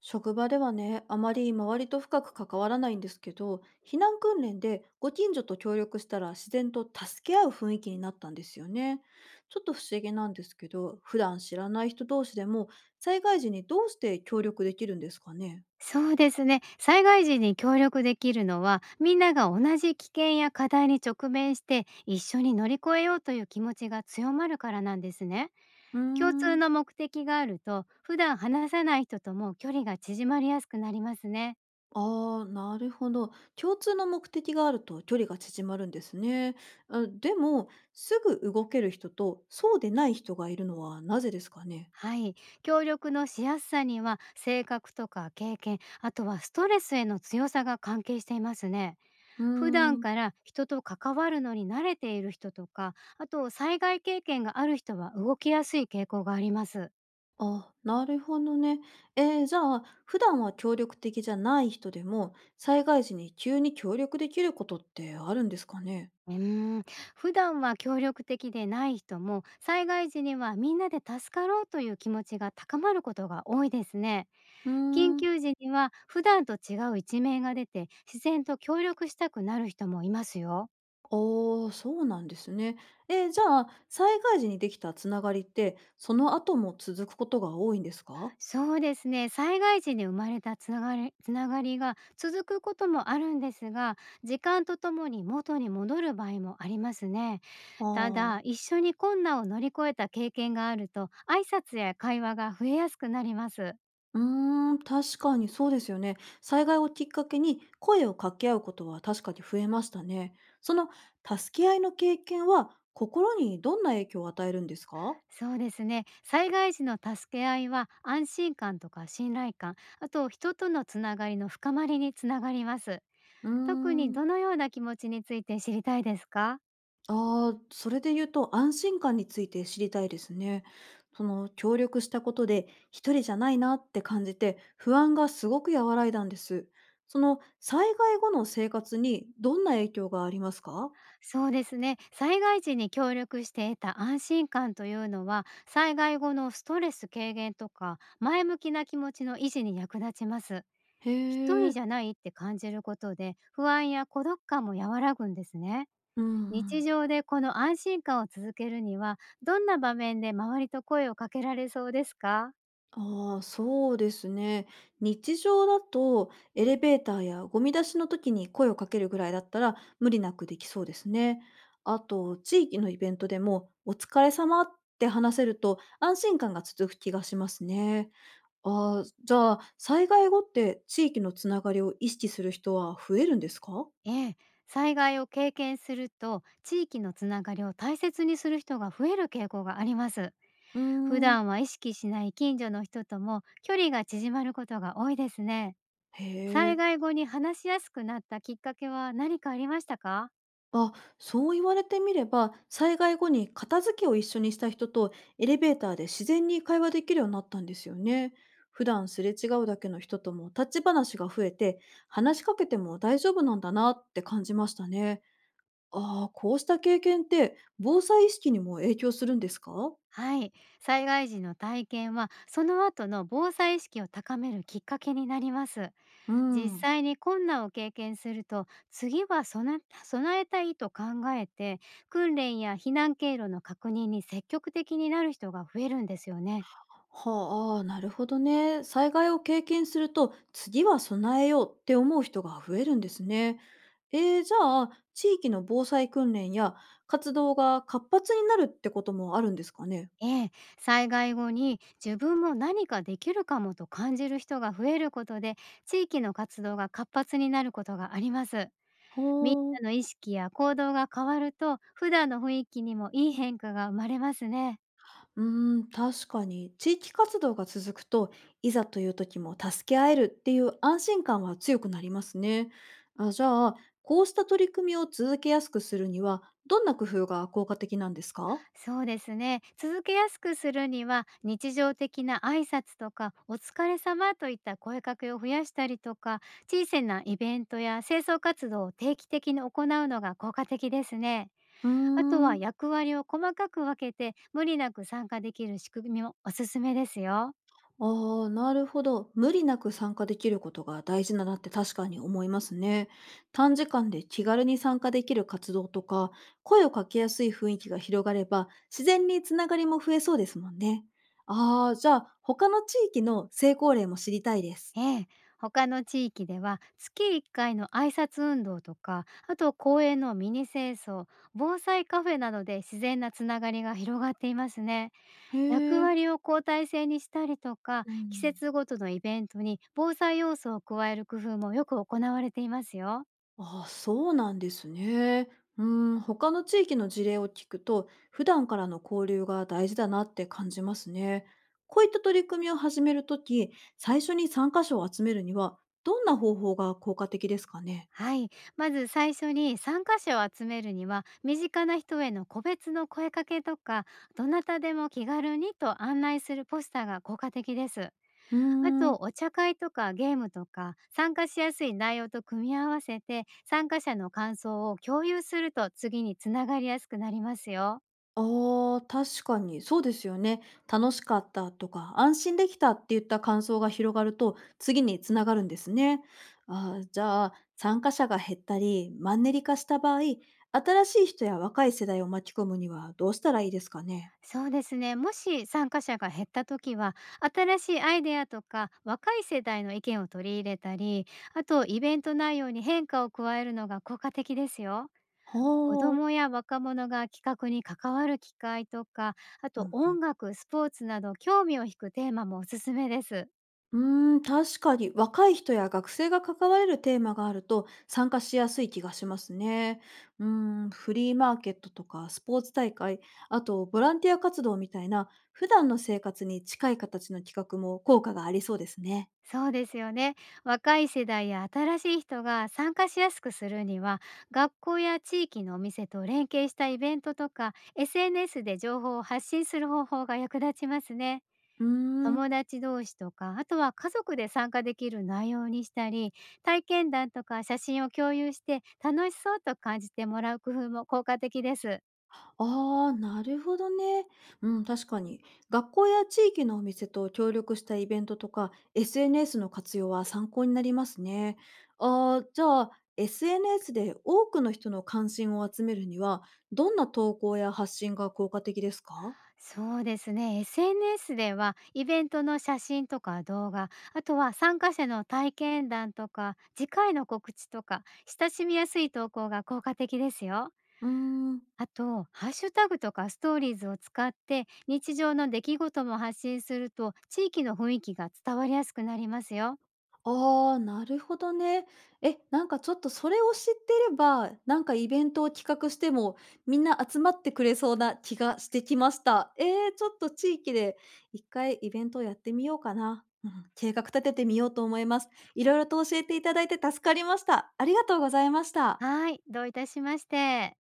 職場ではね、あまり周りと深く関わらないんですけど、避難訓練でご近所と協力したら自然と助け合う雰囲気になったんですよね。ちょっと不思議なんですけど、普段知らない人同士でも災害時にどうして協力できるんですかね。そうですね。災害時に協力できるのは、みんなが同じ危険や課題に直面して、一緒に乗り越えようという気持ちが強まるからなんですね。うー共通ん。の目的があると、普段話さない人とも距離が縮まりやすくなりますね。あー、なるほど。共通の目的があると距離が縮まるんですね。あでも、すぐ動ける人とそうでない人がいるのはなぜですかね。はい。協力のしやすさには、性格とか経験、あとはストレスへの強さが関係していますね。うー普段ん。から人と関わるのに慣れている人とか、あと災害経験がある人は動きやすい傾向があります。あ、なるほどね。じゃあ、普段は協力的じゃない人でも、災害時に急に協力できることってあるんですかね？うーん、普段は協力的でない人も災害時にはみんなで助かろうという気持ちが高まることが多いですね。うー緊ん。急時には普段と違う一面が出て自然と協力したくなる人もいますよ。ああ、そうなんですね。じゃあ、災害時にできたつながりって、その後も続くことが多いんですか？そうですね。災害時に生まれたつながりが続くこともあるんですが、時間とともに元に戻る場合もありますね。あただ、あ。一緒に困難を乗り越えた経験があると、挨拶や会話が増えやすくなります。うーん、確かにそうですよね。災害をきっかけに声を掛け合うことは確かに増えましたね。その助け合いの経験は心にどんな影響を与えるんですか？そうですね。災害時の助け合いは安心感とか信頼感、あと人とのつながりの深まりにつながります。うー特にん。どのような気持ちについて知りたいですか？ああ、それで言うと安心感について知りたいですね。その協力したことで一人じゃないなって感じて不安がすごく和らいだんです。その災害後の生活にどんな影響がありますか？そうですね。災害時に協力して得た安心感というのは、災害後のストレス軽減とか前向きな気持ちの維持に役立ちます。一へ人え。じゃないって感じることで、不安や孤独感も和らぐんですね。うんうん。日常でこの安心感を続けるには、どんな場面で周りと声をかけられそうですか？ああ、そうですね。日常だとエレベーターやゴミ出しの時に声をかけるぐらいだったら無理なくできそうですね。あと、地域のイベントでもお疲れ様って話せると安心感が続く気がしますね。ああ、じゃあ災害後って地域のつながりを意識する人は増えるんですか？ええ、災害を経験すると地域のつながりを大切にする人が増える傾向があります。うー普ん。段は意識しない近所の人とも距離が縮まることが多いですね。へ災え。害後に話しやすくなったきっかけは何かありましたか？あ、そう言われてみれば、災害後に片付けを一緒にした人とエレベーターで自然に会話できるようになったんですよね。普段すれ違うだけの人とも立ち話が増えて、話しかけても大丈夫なんだなって感じましたね。ああ、こうした経験って防災意識にも影響するんですか？はい、災害時の体験はその後の防災意識を高めるきっかけになります。う実ん。際に困難を経験すると、次は備えたいと考えて、訓練や避難経路の確認に積極的になる人が増えるんですよね。はあ、あーなるほどね。災害を経験すると、次は備えようって思う人が増えるんですね。じゃあ、地域の防災訓練や活動が活発になるってこともあるんですかね。ええ、災害後に自分も何かできるかもと感じる人が増えることで、地域の活動が活発になることがあります。みんはなの意識や行動が変わると、普段の雰囲気にもいい変化が生まれますね。あ、うーん、確かに。地域活動が続くと、いざという時も助け合えるっていう安心感は強くなりますね。あじゃあ、こうした取り組みを続けやすくするには、どんな工夫が効果的なんですか？そうですね。続けやすくするには、日常的な挨拶とかお疲れ様といった声かけを増やしたりとか、小さなイベントや清掃活動を定期的に行うのが効果的ですね。うーあとはん。役割を細かく分けて、無理なく参加できる仕組みもおすすめですよ。ああ、なるほど。無理なく参加できることが大事だなって確かに思いますね。短時間で気軽に参加できる活動とか、声をかけやすい雰囲気が広がれば、自然につながりも増えそうですもんね。ああ、じゃあ、他の地域の成功例も知りたいです。ええ、他の地域では月1回の挨拶運動とか、あと公園のミニ清掃、防災カフェなどで自然なつながりが広がっていますね。へ役え。割を交代制にしたりとか、う季ん。節ごとのイベントに防災要素を加える工夫もよく行われていますよ。ああ、そうなんですね。うーん、他の地域の事例を聞くと、普段からの交流が大事だなって感じますね。こういった取り組みを始めるとき、最初に参加者を集めるには、どんな方法が効果的ですかね。はい。まず最初に参加者を集めるには、身近な人への個別の声かけとか、どなたでも気軽にと案内するポスターが効果的です。うーあと、ん。お茶会とかゲームとか、参加しやすい内容と組み合わせて、参加者の感想を共有すると次につながりやすくなりますよ。ああ、確かに、そうですよね。楽しかったとか、安心できたっていった感想が広がると、次につながるんですね。ああ、じゃあ、参加者が減ったり、マンネリ化した場合、新しい人や若い世代を巻き込むにはどうしたらいいですかね。そうですね。もし参加者が減った時は、新しいアイデアとか若い世代の意見を取り入れたり、あとイベント内容に変化を加えるのが効果的ですよ。は子どあ。もや若者が企画に関わる機会とか、あうとんうん。音楽、スポーツなど興味を引くテーマもおすすめです。うーん、確かに若い人や学生が関われるテーマがあると参加しやすい気がしますね。うーん、フリーマーケットとかスポーツ大会、あとボランティア活動みたいな普段の生活に近い形の企画も効果がありそうですね。そうですよね。若い世代や新しい人が参加しやすくするには、学校や地域のお店と連携したイベントとか、SNS で情報を発信する方法が役立ちますね。うーん。友達同士とか、あとは家族で参加できる内容にしたり、体験談とか写真を共有して楽しそうと感じてもらう工夫も効果的です。ああ、なるほどね。うん、確かに。学校や地域のお店と協力したイベントとか、SNS の活用は参考になりますね。ああ、じゃあ、SNS で多くの人の関心を集めるには、どんな投稿や発信が効果的ですか？そうですね。SNS ではイベントの写真とか動画、あとは参加者の体験談とか、次回の告知とか、親しみやすい投稿が効果的ですよ。うーん。あと、ハッシュタグとかストーリーズを使って日常の出来事も発信すると、地域の雰囲気が伝わりやすくなりますよ。ああ、なるほどね。え、なんかちょっとそれを知ってれば、なんかイベントを企画しても、みんな集まってくれそうな気がしてきました。ええ、ちょっと地域で一回イベントをやってみようかな。うん、計画立ててみようと思います。いろいろと教えていただいて助かりました。ありがとうございました。はい、どういたしまして。